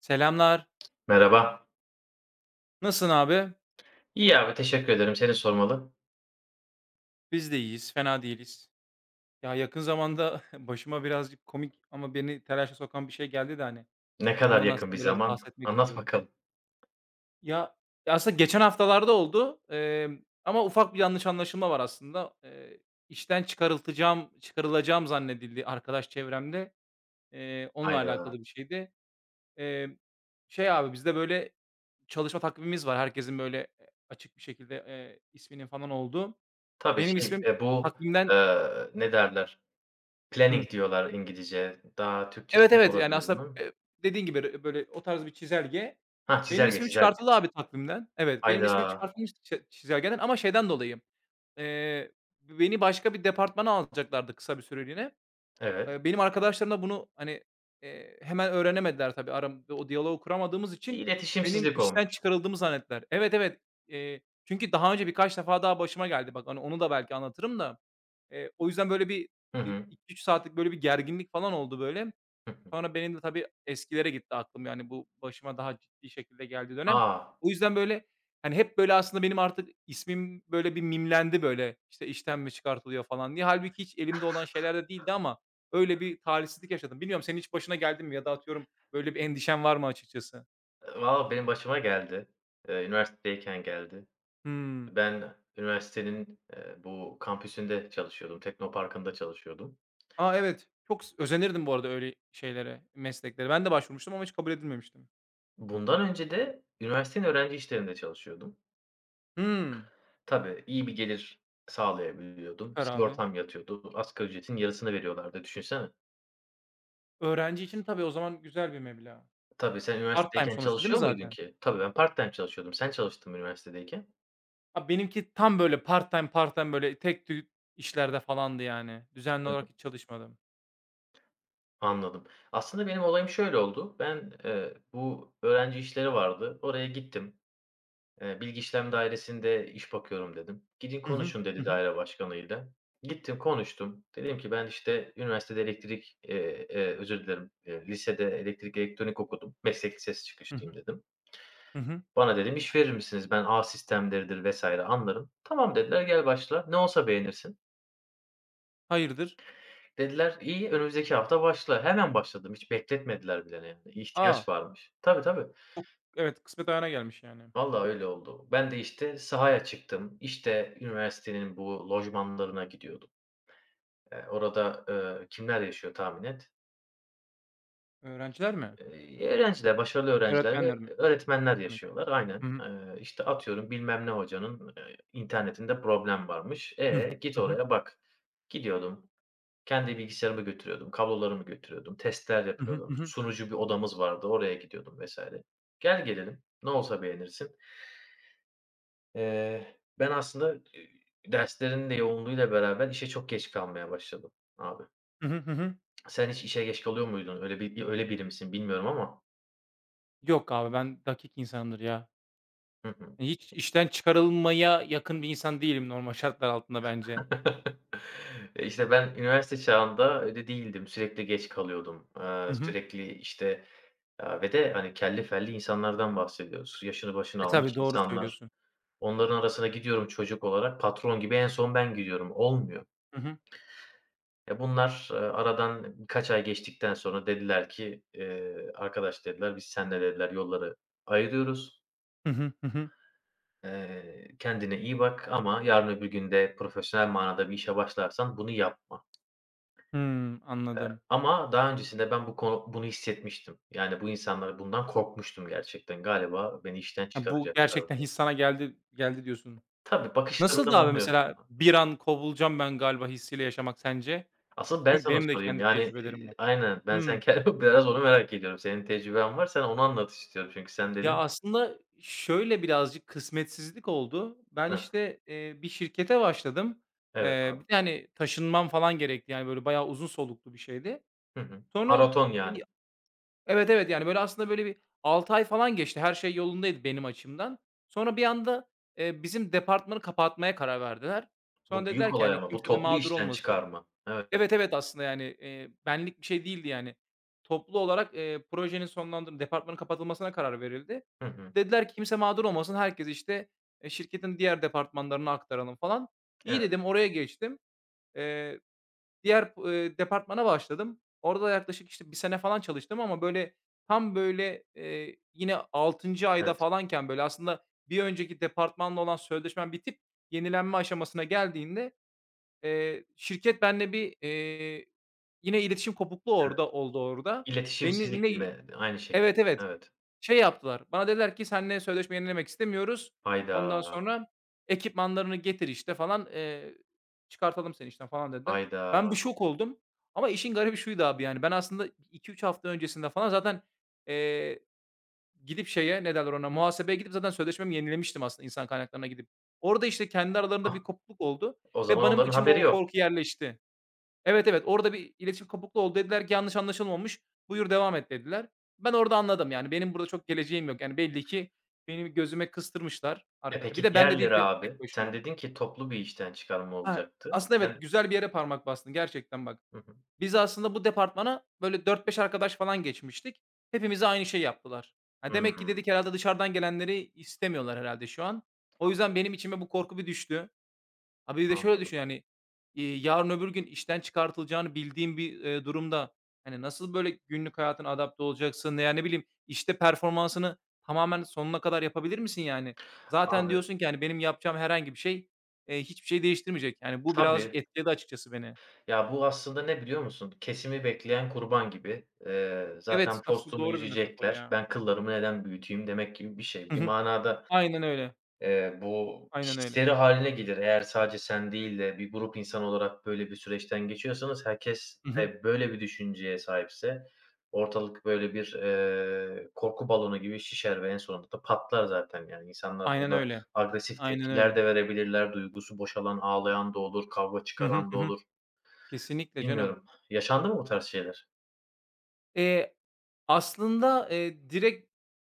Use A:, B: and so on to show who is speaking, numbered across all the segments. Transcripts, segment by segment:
A: Selamlar.
B: Merhaba.
A: Nasılsın abi?
B: İyi abi, teşekkür ederim. Seni sormalı.
A: Biz de iyiyiz, fena değiliz. Ya, yakın zamanda başıma birazcık komik ama beni telaşa sokan bir şey geldi de hani
B: Ne kadar
A: ondan
B: yakın bir
A: aslında biraz
B: zaman?
A: bahsetmek
B: Anlat
A: istiyorum.
B: bakalım.
A: Ya, ya, aslında geçen haftalarda oldu, ama ufak bir yanlış anlaşılma var aslında. İşten çıkarılacağım zannedildi arkadaş çevremde. Onunla
B: Hayda.
A: alakalı bir şeydi. Emm, Şey abi bizde böyle çalışma takvimimiz var. Herkesin böyle, açık bir şekilde, isminin falan olduğu.
B: Tabii
A: Benim ismim takvimden.
B: ne derler?
A: Hıh.
B: Planning diyorlar İngilizce. Daha Türkçesi
A: Evet,
B: ne
A: evet, yani,
B: olabilir
A: aslında,
B: bunun?
A: dediğin gibi, böyle o tarz bir çizelge.
B: Ha
A: Benim
B: çizelge,
A: ismim
B: çizelge.
A: çıkartıldı abi takvimden. Evet, benim ismim
B: Hayda.
A: çıkartılmış çizelgeden ama şeyden dolayı, eee, beni başka bir departmana alacaklardı kısa bir süreliğine.
B: Evet.
A: Benim arkadaşlarım da bunu, hani, hemen öğrenemediler tabii. Aramızda o diyaloğu kuramadığımız için benim
B: İletişimsizlik
A: işten
B: olmuş.
A: çıkarıldığımı zannettiler. Evet, evet. Çünkü daha önce birkaç defa daha başıma geldi. Bak, hani, onu da belki anlatırım da. O yüzden böyle bir,
B: Hı hı.
A: 2-3 saatlik böyle bir gerginlik falan oldu böyle.
B: Hı hı.
A: Sonra benim de tabii eskilere gitti aklım, yani, bu başıma daha ciddi şekilde geldi dönem.
B: A!
A: O yüzden, böyle, hani, hep, böyle, aslında benim artık ismim, böyle, bir mimlendi, böyle, işte, işten mi çıkartılıyor falan diye. Hâlbuki hiç elimde olan şeyler de değildi ama öyle bir talihsizlik yaşadım. Bilmiyorum senin hiç başına geldi mi ya da atıyorum böyle bir endişen var mı açıkçası?
B: Valla benim başıma geldi. Üniversitedeyken geldi.
A: Hımm.
B: Ben üniversitenin bu kampüsünde çalışıyordum. Teknoparkı'nda çalışıyordum.
A: A, evet. Çok özenirdim bu arada öyle şeylere, mesleklere. Ben de başvurmuştum ama hiç kabul edilmemiştim.
B: Bundan önce de üniversitenin öğrenci işlerinde çalışıyordum.
A: Hımm.
B: Tabii, iyi bir gelir sağlayabiliyordum.
A: Süper abi.
B: Sigortam yatıyordu. Asgari ücretin yarısını veriyorlardı, düşünsene.
A: Öğrenci için tabii o zaman güzel bir meblağ.
B: Tabii, sen
A: Part time
B: üniversitedeyken
A: sonuçta değil mi
B: çalışıyor muydun
A: zaten?
B: ki? Tabii, ben part time çalışıyordum. Sen çalıştın mı üniversitedeyken?
A: A, benimki tam böyle part time, böyle tek tük işlerde falandı yani. Düzenli
B: Hı hı,
A: olarak hiç çalışmadım.
B: anladım. Aslında benim olayım şöyle oldu. Ben bu öğrenci işleri vardı. Oraya gittim. Bilgi işlem dairesinde iş bakıyorum dedim. Gidin
A: Hı hı.
B: konuşun
A: Hı
B: dedi
A: hı.
B: daire başkanıyla. Gittim konuştum. Dedim ki ben işte üniversitede özür dilerim, lisede elektrik elektronik okudum. Meslek lisesi
A: Hı
B: çıkışlıyım
A: hı.
B: dedim.
A: Hı hı.
B: Bana dedim iş verir misiniz? Ben ağ sistemleridir vesaire anlarım. Tamam dediler gel başla. Ne olsa beğenirsin.
A: Hayırdır?
B: Dediler iyi önümüzdeki hafta başla. Hemen başladım. Hiç bekletmediler bile yani.
A: A!
B: İhtiyaç varmış. Tabii tabii.
A: Çok evet, kısmet ayağına gelmiş yani.
B: Vallahi öyle oldu. Ben de, işte, sahaya çıktım. İşte, üniversitenin bu lojmanlarına gidiyordum. Orada kimler yaşıyor tahmin et?
A: Öğrenciler mi?
B: Öğrenciler, başarılı öğrenciler ve
A: Öğretmenler mi?
B: öğretmenler
A: Demek.
B: yaşıyorlar. Aynen.
A: Hı hı.
B: İşte, atıyorum bilmem ne hocanın internetinde problem varmış.
A: Hı hı.
B: E, git
A: Hı hı.
B: oraya bak. Gidiyordum. Kendi bilgisayarımı götürüyordum. Kablolarımı götürüyordum. Testler
A: Hı hı.
B: yapıyordum.
A: Hı hı.
B: Sunucu bir odamız vardı. Oraya gidiyordum vesaire. Gel gelelim ne olsa beğenirsin. Ben aslında derslerin de yoğunluğuyla beraber işe çok geç kalmaya başladım abi.
A: Hı hı. Hı hı.
B: Sen hiç işe geç kalıyor muydun? Öyle bir öyle biri misin bilmiyorum ama.
A: Yok abi ben dakik insanımdır ya.
B: Hı hı.
A: Hiç işten çıkarılmaya yakın bir insan değilim normal şartlar altında bence.
B: E, işte ben üniversite çağında öyle değildim. Sürekli geç kalıyordum.
A: Hı hı.
B: Ve de, hani, kelli felli insanlardan bahsediyoruz. Yaşını başını
A: E, tabii
B: almış
A: doğru
B: insanlar.
A: söylüyorsun.
B: Onların arasına gidiyorum çocuk olarak. Patron gibi en son ben gidiyorum. Olmuyor.
A: Hı hı.
B: E, bunlar, aradan birkaç ay geçtikten sonra dediler ki, "Arkadaş" dediler, "Biz seninle" dediler, "Yolları ayırıyoruz.
A: Hı hı. Hı hı.
B: Kendine iyi bak ama yarın öbür gün de profesyonel manada bir işe başlarsan bunu yapma."
A: Hımm, anladım.
B: Ama daha öncesinde ben bu konu bunu hissetmiştim. Yani, bu insanlara bundan korkmuştum gerçekten. Galiba beni işten
A: Ha, bu
B: çıkaracaklar
A: gerçekten
B: diye.
A: his sana geldi diyorsun.
B: Tabii, bakışlarından
A: Nasıldı abi mesela
B: anlıyorsun.
A: bir an kovulacağım ben galiba hissiyle yaşamak sence?
B: Asıl ben
A: Çünkü
B: sana
A: benim de
B: sorayım.
A: kendi
B: Yani,
A: tecrübelerim
B: eee,
A: var.
B: aynen. Ben sen
A: Hımm.
B: biraz onu merak ediyorum. Senin tecrüben var. Sen onu anlat istiyorum çünkü sen
A: Ya,
B: dedin.
A: aslında şöyle birazcık kısmetsizlik oldu. Ben,
B: Hıh.
A: işte, bir şirkete başladım.
B: Evet abi.
A: Bir de, hani, taşınmam falan gerekti. Yani, böyle, bayağı uzun soluklu bir şeydi.
B: Hı hı.
A: Sonra
B: Maraton yani.
A: bir Evet, evet, yani, böyle, aslında, böyle, bir 6 ay falan geçti. Her şey yolundaydı benim açımdan. Sonra bir anda, bizim departmanı kapatmaya karar verdiler.
B: Bu
A: Sonra
B: büyük
A: dediler ki,
B: olay
A: hani,
B: ama bu
A: kimse de
B: toplu
A: mağdur
B: işten
A: olmasın.
B: çıkarma. Evet.
A: Evet, evet, aslında, yani, benlik bir şey değildi, yani. Toplu olarak, projenin sonlandırıl departmanın kapatılmasına karar verildi.
B: Hı hı.
A: Dediler ki kimse mağdur olmasın. Herkes, işte, şirketin diğer departmanlarına aktaralım falan. İyi
B: Evet,
A: dedim, oraya geçtim. Eee Diğer departmana başladım. Orada da yaklaşık, işte, bir sene falan çalıştım ama, böyle, tam, böyle, yine altıncı ayda
B: evet,
A: falanken, böyle, aslında bir önceki departmanla olan sözleşmem bitip yenilenme aşamasına geldiğinde, şirket benimle bir, yine iletişim kopukluğu
B: evet.
A: orada oldu.
B: İletişimsizlik değil
A: Benimle
B: mi? Aynı şekilde.
A: Evet, evet.
B: Evet.
A: Şey yaptılar, bana dediler ki "Seninle sözleşme yenilemek istemiyoruz. Ondan
B: Hayda,
A: sonra ekipmanlarını getir, işte, falan, çıkartalım seni işten." falan dediler.
B: hayda.
A: Ben bir şok oldum ama işin garibi şuydu abi, yani, ben aslında 2-3 hafta öncesinde falan zaten, eee, gidip şeye, ne derler ona, muhasebeye gidip zaten sözleşmemi yenilemiştim aslında insan kaynaklarına gidip. Orada, işte, kendi aralarında
B: Ah,
A: bir kopukluk oldu
B: o
A: ve
B: zaman
A: benim
B: onların
A: içime
B: haberi
A: o
B: yok.
A: korku yerleşti. Evet, evet, orada bir iletişim kopukluğu oldu. Dediler ki "Yanlış anlaşılma olmuş, buyur devam et." dediler. Ben orada anladım, yani, benim burada çok geleceğim yok. Yani, belli ki benim gözüme kıstırmışlar
B: E,
A: Bir
B: peki
A: de ben de değil
B: diğerleri
A: tek
B: abi? Sen
A: başıma.
B: dedin ki toplu bir işten çıkarma
A: Ha,
B: olacaktı.
A: aslında
B: Ben
A: evet, güzel bir yere parmak bastın gerçekten bak.
B: Hı hı.
A: Biz aslında bu departmana böyle dört beş arkadaş falan geçmiştik. Hepimize aynı şey yaptılar. Ha, demek ki
B: Hımm.
A: dedik herhalde dışarıdan gelenleri istemiyorlar herhalde şu an. O
B: Anladım,
A: yüzden benim içime bu korku bir düştü. Abi bir de şöyle
B: anladım.
A: düşün yani, yarın öbür gün işten çıkartılacağını bildiğin bir, durumda, hani, nasıl böyle günlük hayatına adapte olacaksın ya ne bileyim, işte performansını tamamen sonuna kadar yapabilir misin yani? Zaten
B: Abi
A: diyorsun ki, hani, benim yapacağım herhangi bir şey, hiçbir şey değiştirmeyecek. Yani bu birazcık
B: tabii.
A: etkiledi açıkçası beni.
B: Ya, bu aslında ne biliyor musun? Kesimi bekleyen kurban gibi.
A: Evet,
B: Zaten
A: aslında
B: postumu
A: doğru bir metafor
B: yüzecekler.
A: ya.
B: Ben kıllarımı neden büyüteyim demek gibi bir şey.
A: Hı
B: Bir
A: hı.
B: manada
A: Aynen öyle,
B: Bu
A: aynen öyle.
B: histeri haline gelir. Eğer sadece sen değil de bir grup insan olarak böyle bir süreçten geçiyorsanız, herkes
A: Hı hı.
B: de böyle bir düşünceye sahipse ortalık böyle bir korku balonu gibi şişer ve en sonunda da patlar zaten. Yani insanlar
A: Aynen
B: burada
A: öyle.
B: agresif
A: Aynen
B: tepkiler
A: öyle.
B: de verebilirler. Duygusu boşalan, ağlayan da olur, kavga
A: Hı hı,
B: çıkaran da
A: hı hı.
B: olur.
A: Kesinlikle canım.
B: Bilmiyorum. Yaşandı mı bu tarz şeyler?
A: Eee, aslında,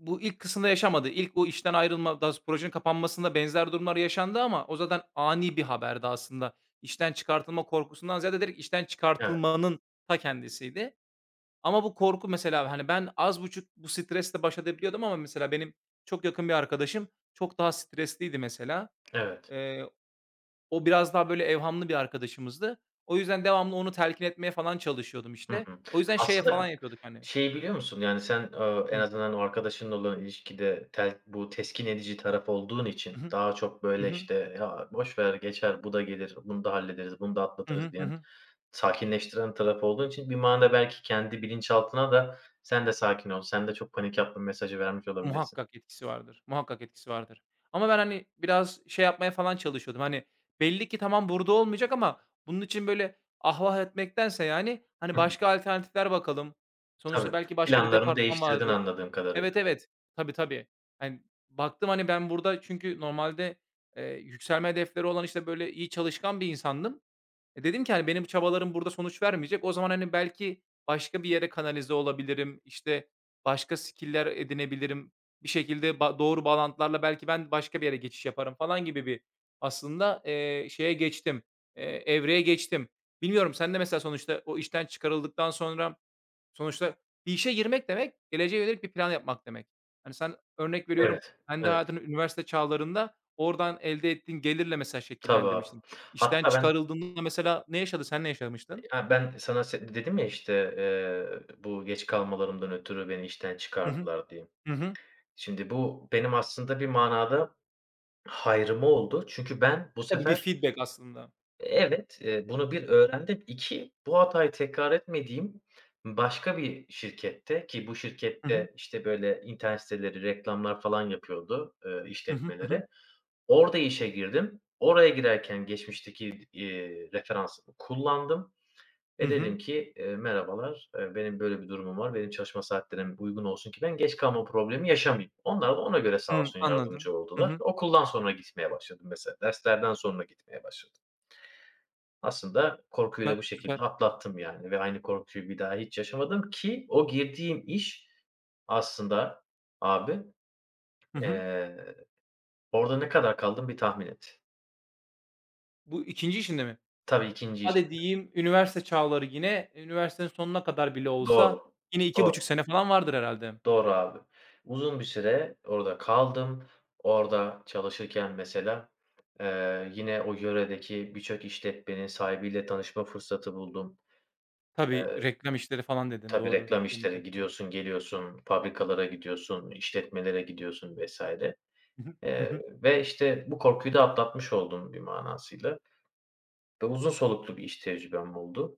A: Bu ilk kısımda yaşamadı. İlk o işten ayrılma, daha doğrusu projenin kapanmasında benzer durumlar yaşandı ama o zaten ani bir haberdi aslında. İşten çıkartılma korkusundan ziyade direkt işten
B: Evet,
A: çıkartılmanın ta kendisiydi. Ama bu korku mesela, hani, ben az buçuk bu stresle baş edebiliyordum ama mesela benim çok yakın bir arkadaşım çok daha stresliydi mesela.
B: evet.
A: Eee, O biraz daha böyle evhamlı bir arkadaşımızdı. O yüzden devamlı onu telkin etmeye falan çalışıyordum,
B: Hı
A: işte.
B: hı.
A: O yüzden şeye
B: Aslında
A: falan yapıyorduk, hani.
B: şeyi biliyor musun? Yani, sen, en azından o arkadaşınla olan ilişkide bu teskin edici taraf olduğun için daha çok,
A: Hı
B: böyle,
A: hı.
B: işte, "Ya, boş ver, geçer, bu da gelir, bunu da hallederiz, bunu da
A: Hı
B: atlatırız."
A: hı. Hı
B: diyen,
A: hı.
B: sakinleştiren taraf olduğun için bir manada belki kendi bilinçaltına da "Sen de sakin ol, sen de çok panik yapma." mesajı vermiş olabilirsin.
A: Muhakkak etkisi vardır, muhakkak etkisi vardır. Ama ben, hani, biraz şey yapmaya falan çalışıyordum, hani, belli ki tamam burada olmayacak ama bunun için böyle ah vah etmektense, yani, hani,
B: Hı hı.
A: başka alternatifler bakalım. Sonuçta
B: Tabii.
A: belki başka bir
B: Planlarını
A: departman
B: değiştirdin
A: vardır.
B: anladığım kadarıyla.
A: Evet, evet. Tabii, tabii. Hani, baktım, hani, ben burada çünkü normalde, yükselme hedefleri olan, işte, böyle iyi çalışkan bir insandım. E, dedim ki, hani, benim çabalarım burada sonuç vermeyecek. O zaman, hani, belki başka bir yere kanalize olabilirim, işte, başka skill'ler edinebilirim. Bir şekilde doğru bağlantılarla belki ben başka bir yere geçiş yaparım falan gibi bir aslında, evreye geçtim. Bilmiyorum sen de mesela sonuçta o işten çıkarıldıktan sonra. Sonuçta bir işe girmek demek, geleceğe yönelik bir plan yapmak demek. Hani, sen örnek veriyorum
B: Evet,
A: kendi
B: evet.
A: hayatını üniversite çağlarında oradan elde ettiğin gelirle mesela
B: Tabii abi.
A: şekillendirmiştin. İşten
B: Hatta ben
A: çıkarıldığında mesela ne yaşadı sen ne yaşamıştın?
B: ya, ben sana dedim ya, işte, bu geç kalmalarımdan ötürü beni işten
A: Hı hı.
B: çıkardılar diye.
A: Hı hı.
B: Şimdi bu benim aslında bir manada hayrıma oldu. Çünkü ben bu
A: E, tabii bir
B: sefer
A: feedback aslında.
B: evet, bunu bir öğrendim. 2 bu hatayı tekrar etmediğim başka bir şirkette ki bu
A: Hı hı.
B: şirkette, işte, böyle internet siteleri, reklamlar falan yapıyordu,
A: Hı hı. Hı hı.
B: işletmelere. Orada işe girdim. Oraya girerken geçmişteki referansımı kullandım.
A: Hı
B: Ve
A: hı.
B: dedim ki, "Merhabalar, benim böyle bir durumum var. Benim çalışma saatlerim uygun olsun ki ben geç kalma problemi yaşamayayım." Onlar da ona göre sağ
A: Hımm,
B: olsun
A: anladım.
B: yardımcı
A: Hı
B: oldular.
A: hı.
B: Okuldan sonra gitmeye başladım mesela, derslerden sonra gitmeye başladım. Aslında korkuyu da
A: Süper,
B: bu
A: süper.
B: şekilde atlattım yani ve aynı korkuyu bir daha hiç yaşamadım ki o girdiğim iş aslında abi,
A: Hı hı.
B: eee, orada ne kadar kaldım bir tahmin et.
A: Bu ikinci işinde mi?
B: Tabii ikinci
A: Hadi
B: işimdi.
A: diyeyim üniversite çağları yine, üniversitenin sonuna kadar bile olsa
B: Doğru,
A: yine iki
B: doğru.
A: buçuk sene falan vardır herhâlde.
B: Doğru abi. Uzun bir süre orada kaldım. Orada çalışırken mesela, yine o yöredeki birçok işletmenin sahibiyle tanışma fırsatı buldum.
A: Tabii,
B: Eee,
A: reklam işleri falan dedin,
B: tabii
A: doğru.
B: reklam
A: Simit
B: işleri,
A: dedin.
B: gidiyorsun, geliyorsun, fabrikalara gidiyorsun, işletmelere gidiyorsun vesaire.
A: Hı hı. Hı hı.
B: Ve işte bu korkuyu da atlatmış oldum bir manasıyla ve uzun soluklu bir iş tecrübem oldu.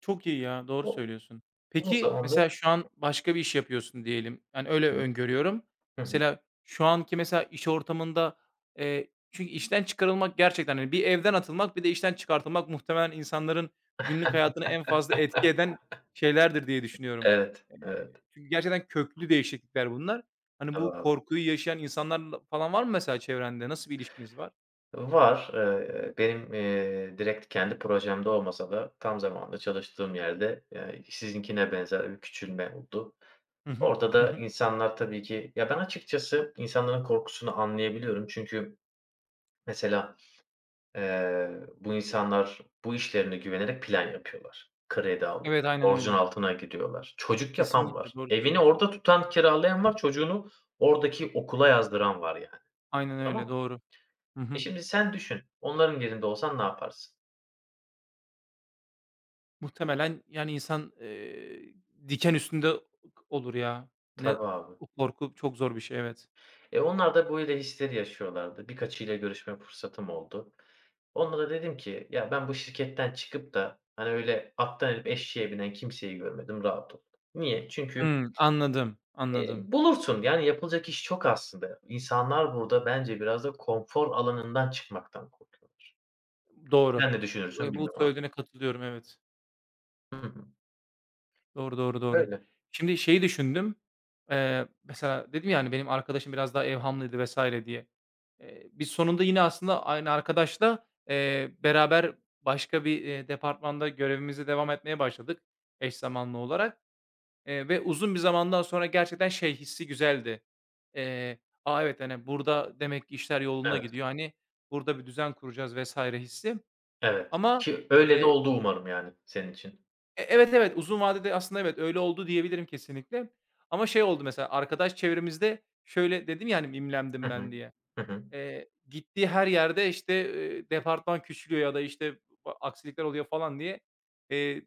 A: Çok iyi ya, doğru
B: O
A: söylüyorsun.
B: uzun
A: Peki,
B: zamandır
A: mesela şu an başka bir iş yapıyorsun diyelim. Yani, öyle öngörüyorum.
B: Hı hı.
A: Mesela şu anki mesela iş ortamında, çünkü işten çıkarılmak gerçekten, hani, bir evden atılmak, bir de işten çıkartılmak muhtemelen insanların günlük hayatını en fazla etki eden şeylerdir diye düşünüyorum.
B: Evet,
A: Eee,
B: evet.
A: çünkü gerçekten köklü değişiklikler bunlar. Hani,
B: Tabii
A: bu
B: abi.
A: korkuyu yaşayan insanlarla falan var mı mesela çevrende? Nasıl bir ilişkiniz var?
B: Var. Benim direkt kendi projemde olmasa da tam zamanlı çalıştığım yerde, sizinkine benzer bir küçülme oldu.
A: Hı hı.
B: Orada
A: Hı
B: da
A: hı.
B: insanlar tabii ki ya, ben açıkçası insanların korkusunu anlayabiliyorum. Çünkü mesela, eee, bu insanlar bu işlerine güvenerek plan yapıyorlar. Kredi
A: Evet,
B: alıyorlar,
A: aynen
B: borcun
A: öyle.
B: altına gidiyorlar. Çocuk yapan
A: Kesinlikle
B: var.
A: doğru
B: Evini
A: söylüyorsun.
B: orada tutan, kiralayan var. Çocuğunu oradaki okula yazdıran var yani.
A: Aynen
B: Tamam
A: öyle,
B: mı?
A: doğru. Hı
B: E,
A: hı.
B: şimdi sen düşün, onların yerinde olsan ne yaparsın?
A: Muhtemelen yani insan, diken üstünde olur ya. Ne
B: Tabii abi.
A: o korku çok zor bir şey, evet.
B: E, onlar da böyle hisleri yaşıyorlardı. Birkaçıyla görüşme fırsatım oldu. Onlara da dedim ki, "Ya, ben bu şirketten çıkıp da, hani, öyle attan inip eşeğe binen kimseyi görmedim, rahat ol." Niye? Çünkü,
A: Hımm, anladım,
B: eee,
A: anladım.
B: bulursun. Yani yapılacak iş çok aslında. İnsanlar burada bence biraz da konfor alanından çıkmaktan korkuyorlar.
A: Doğru.
B: Sen ne düşünürsün
A: Bu
B: bilmiyorum abi.
A: söylediğine katılıyorum, evet.
B: Hı hı.
A: Doğru, doğru, doğru.
B: Öyle.
A: Şimdi şeyi düşündüm, mesela dedim ya, hani, benim arkadaşım biraz daha evhamlıydı vs. diye. Biz sonunda yine aslında aynı arkadaşla, beraber başka bir, departmanda görevimize devam etmeye başladık eş zamanlı olarak, ve uzun bir zamandan sonra gerçekten şey hissi güzeldi. Eee, "A, evet, hani, burada demek ki işler yolunda
B: Evet,
A: gidiyor. Hani, burada bir düzen kuracağız." vesaire hissi
B: evet.
A: ama,
B: Ki öyle de
A: eee
B: oldu umarım yani senin için.
A: evet, evet, uzun vadede aslında evet, öyle oldu diyebilirim kesinlikle. Ama şey oldu mesela arkadaş çevremizde şöyle dedim yani hani,
B: Hı
A: mimlendim ben
B: hı.
A: diye.
B: Hı hı.
A: Gittiği her yerde, işte, departman küçülüyor ya da, işte, aksilikler oluyor falan diye, eee,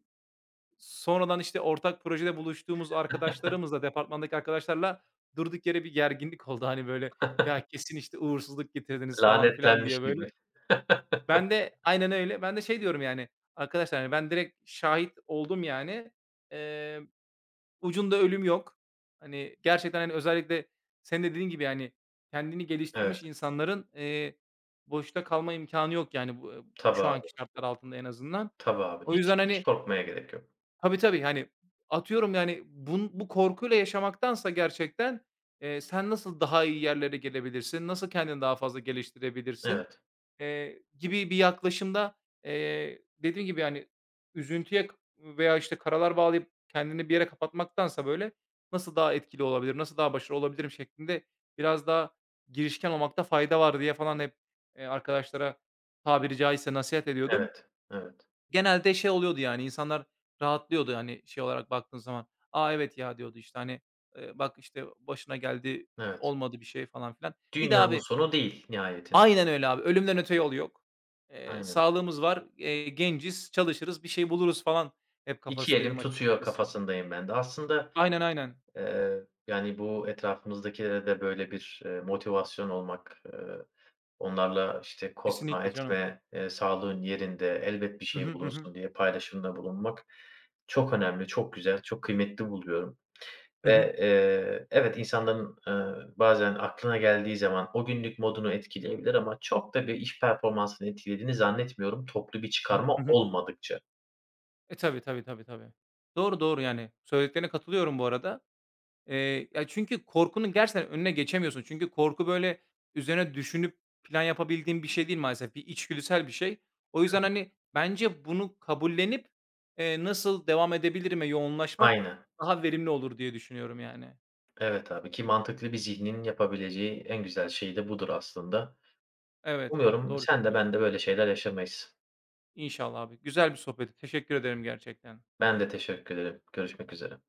A: sonradan, işte, ortak projede buluştuğumuz arkadaşlarımızla, departmandaki arkadaşlarla durduk yere bir gerginlik oldu. Hani, böyle, "Ya, kesin, işte, uğursuzluk getirdiniz." falan filan
B: Lanetlenmiş
A: diye
B: gibi.
A: böyle. Ben de Aynen öyle. Ben de şey diyorum yani, "Arkadaşlar, hani, ben direkt şahit oldum yani. Eee, ucunda ölüm yok." Hani, gerçekten, hani, özellikle sen de dediğin gibi, yani kendini
B: Evet.
A: geliştirmiş insanların, boşta kalma imkânı yok yani bu,
B: Tabii
A: şu
B: abi.
A: anki şartlar altında en azından.
B: Tabii abi.
A: O
B: Hiç
A: yüzden,
B: hiç
A: hani,
B: korkmaya gerek yok.
A: tabii, tabii. Hani, atıyorum, yani, bu korkuyla yaşamaktansa gerçekten, sen nasıl daha iyi yerlere gelebilirsin, nasıl kendini daha fazla geliştirebilirsin,
B: Evet,
A: gibi bir yaklaşımda, dediğim gibi, hani, üzüntüye veya, işte, karalar bağlayıp kendini bir yere kapatmaktansa, böyle, nasıl daha etkili olabilir nasıl daha başarılı olabilirim şeklinde biraz daha girişken olmakta fayda var diye falan hep, arkadaşlara tabiri caizse nasihat ediyordum.
B: evet, evet,
A: Genelde şey oluyordu yani, insanlar rahatlıyordu, hani, şey olarak baktığın zaman. "A, evet ya." diyordu, işte, hani, "Bak, işte, başına geldi,
B: evet.
A: olmadı bir şey." falan filan. Bir de
B: Dünyanın
A: abi.
B: sonu değil nihayetinde.
A: Aynen öyle abi. Ölümden öte yol yok.
B: Aynen öyle.
A: Sağlığımız var, genciz, çalışırız, bir şey buluruz falan hep
B: "İki elim
A: kafasındaydım
B: tutuyor."
A: açıkçası.
B: kafasındayım ben de. Aslında,
A: Aynen, aynen.
B: eee, yani, bu etrafımızdakilere de böyle bir motivasyon olmak, onlarla, işte, "Korkma,
A: Kesinlikle canım.
B: etme, eee, sağlığın yerinde, elbet bir
A: Hı
B: şey
A: hı, hı hı.
B: bulursun." diye paylaşımda bulunmak çok önemli, çok güzel, çok kıymetli buluyorum.
A: Hı hı,
B: Ve, evet, insanların bazen aklına geldiği zaman o günlük modunu etkileyebilir ama çok da bir iş performansını etkilediğini zannetmiyorum, toplu bir
A: hı
B: çıkarma
A: hı, hı hı.
B: olmadıkça.
A: E, tabii, tabii, tabii, tabii. Doğru, doğru yani. Söylediklerine katılıyorum bu arada. Ya, çünkü korkunun gerçekten önüne geçemiyorsun. Çünkü korku, böyle, üzerine düşünüp plan yapabildiğin bir şey değil maalesef. Bir içgüdüsel bir şey. O yüzden, hani, bence bunu kabullenip, nasıl devam edebilirime yoğunlaşmak
B: Aynen.
A: daha verimli olur diye düşünüyorum yani.
B: Evet abi ki mantıklı bir zihnin yapabileceği en güzel şey de budur aslında.
A: Evet abi,
B: Umuyorum
A: doğru
B: sen de ben
A: söylüyorsun.
B: de böyle şeyler yaşamayız.
A: İnşallah abi. Güzel bir sohbetti. Teşekkür ederim gerçekten.
B: Ben de teşekkür ederim. Görüşmek üzere.